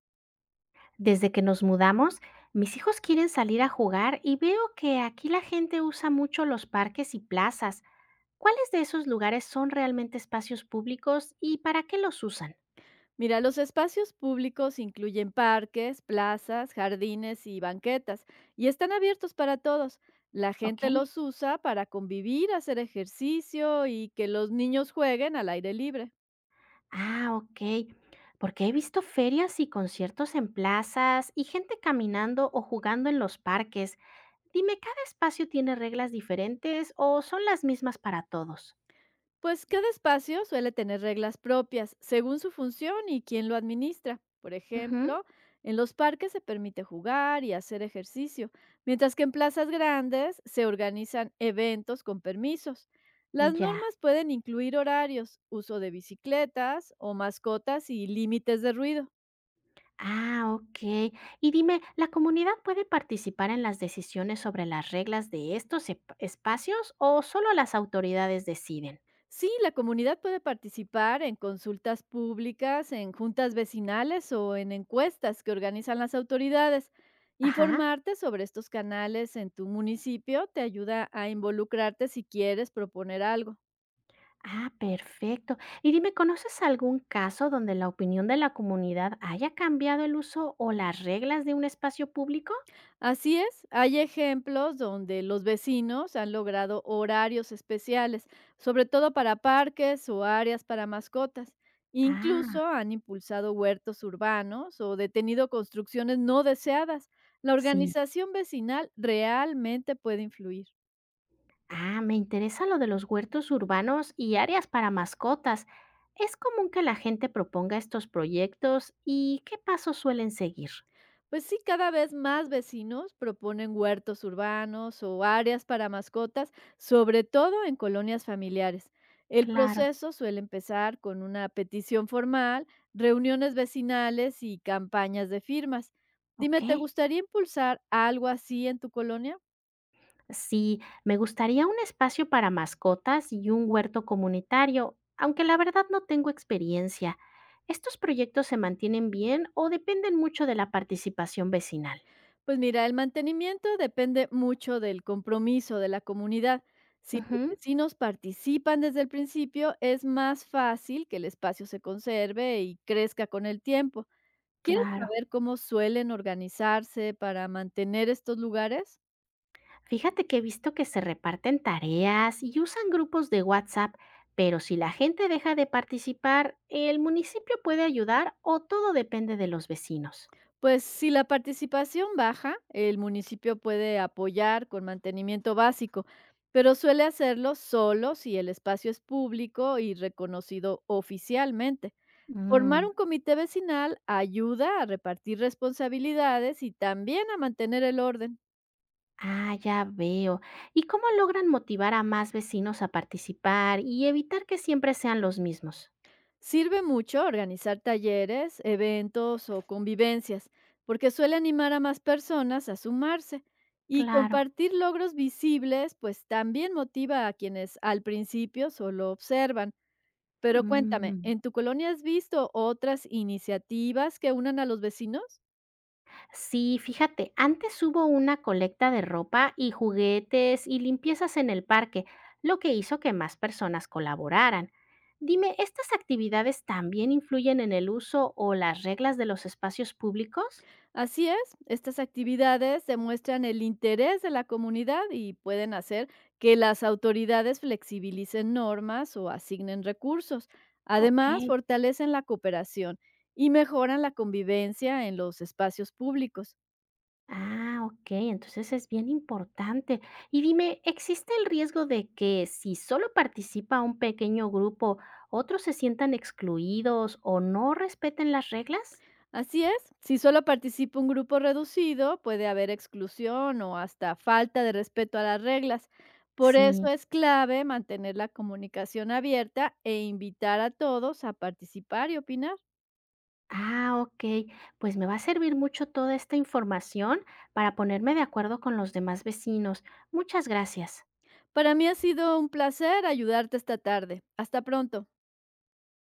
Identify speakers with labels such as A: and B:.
A: Desde que nos mudamos, mis hijos quieren salir a jugar y veo que aquí la gente usa mucho los parques y plazas. ¿Cuáles de esos lugares son realmente espacios públicos y para qué los usan?
B: Mira, los espacios públicos incluyen parques, plazas, jardines y banquetas, y están abiertos para todos. La
A: Ok.
B: gente los usa para convivir, hacer ejercicio y que los niños jueguen al aire libre.
A: Ah, ok. Porque he visto ferias y conciertos en plazas y gente caminando o jugando en los parques. Dime, ¿cada espacio tiene reglas diferentes o son las mismas para todos?
B: Pues cada espacio suele tener reglas propias según su función y quién lo administra. Por
A: Ujú.
B: ejemplo, en los parques se permite jugar y hacer ejercicio, mientras que en plazas grandes se organizan eventos con permisos. Las
A: Ya.
B: normas pueden incluir horarios, uso de bicicletas o mascotas y límites de ruido.
A: Ah, ok. Y dime, ¿la comunidad puede participar en las decisiones sobre las reglas de estos espacios o solo las autoridades deciden?
B: Sí, la comunidad puede participar en consultas públicas, en juntas vecinales o en encuestas que organizan las autoridades.
A: Ajá.
B: Informarte sobre estos canales en tu municipio te ayuda a involucrarte si quieres proponer algo.
A: Ah, perfecto. Y dime, ¿conoces algún caso donde la opinión de la comunidad haya cambiado el uso o las reglas de un espacio público?
B: Así es, hay ejemplos donde los vecinos han logrado horarios especiales, sobre todo para parques o áreas para mascotas.
A: Ah,
B: Incluso han impulsado huertos urbanos o detenido construcciones no deseadas. La
A: sí.
B: organización vecinal realmente puede influir.
A: Ah, me interesa lo de los huertos urbanos y áreas para mascotas. ¿Es común que la gente proponga estos proyectos y qué pasos suelen seguir?
B: Pues sí, cada vez más vecinos proponen huertos urbanos o áreas para mascotas, sobre todo en colonias familiares. El
A: Claro.
B: proceso suele empezar con una petición formal, reuniones vecinales y campañas de firmas.
A: Ok,
B: Dime, ¿te gustaría impulsar algo así en tu colonia?
A: sí, me gustaría un espacio para mascotas y un huerto comunitario, aunque la verdad no tengo experiencia. ¿Estos proyectos se mantienen bien o dependen mucho de la participación vecinal?
B: Pues mira, el mantenimiento depende mucho del compromiso de la comunidad. Si los
A: Ujú,
B: vecinos participan desde el principio, es más fácil que el espacio se conserve y crezca con el tiempo. ¿Quieres
A: claro.
B: saber cómo suelen organizarse para mantener estos lugares?
A: Fíjate que he visto que se reparten tareas y usan grupos de WhatsApp, pero si la gente deja de participar, ¿el municipio puede ayudar o todo depende de los vecinos?
B: Pues si la participación baja, el municipio puede apoyar con mantenimiento básico, pero suele hacerlo solo si el espacio es público y reconocido oficialmente. Formar
A: Mm.
B: un comité vecinal ayuda a repartir responsabilidades y también a mantener el orden.
A: Ah, ya veo. ¿Y cómo logran motivar a más vecinos a participar y evitar que siempre sean los mismos?
B: Sirve mucho organizar talleres, eventos o convivencias, porque suele animar a más personas a sumarse. Y
A: Claro.
B: compartir logros visibles, pues también motiva a quienes al principio solo observan. Pero cuéntame,
A: Mm.
B: ¿en tu colonia has visto otras iniciativas que unan a los vecinos?
A: Sí, fíjate, antes hubo una colecta de ropa y juguetes y limpiezas en el parque, lo que hizo que más personas colaboraran. Dime, ¿estas actividades también influyen en el uso o las reglas de los espacios públicos?
B: Así es, estas actividades demuestran el interés de la comunidad y pueden hacer que las autoridades flexibilicen normas o asignen recursos.
A: Ok.
B: Además, fortalecen la cooperación y mejoran la convivencia en los espacios públicos.
A: Ah, ok, entonces es bien importante. Y dime, ¿existe el riesgo de que si solo participa un pequeño grupo, otros se sientan excluidos o no respeten las reglas?
B: Así es, si solo participa un grupo reducido, puede haber exclusión o hasta falta de respeto a las reglas. Por eso
A: Sí.
B: es clave mantener la comunicación abierta e invitar a todos a participar y opinar.
A: Ah, ok, pues me va a servir mucho toda esta información para ponerme de acuerdo con los demás vecinos. Muchas gracias.
B: Para mí ha sido un placer ayudarte esta tarde. Hasta pronto.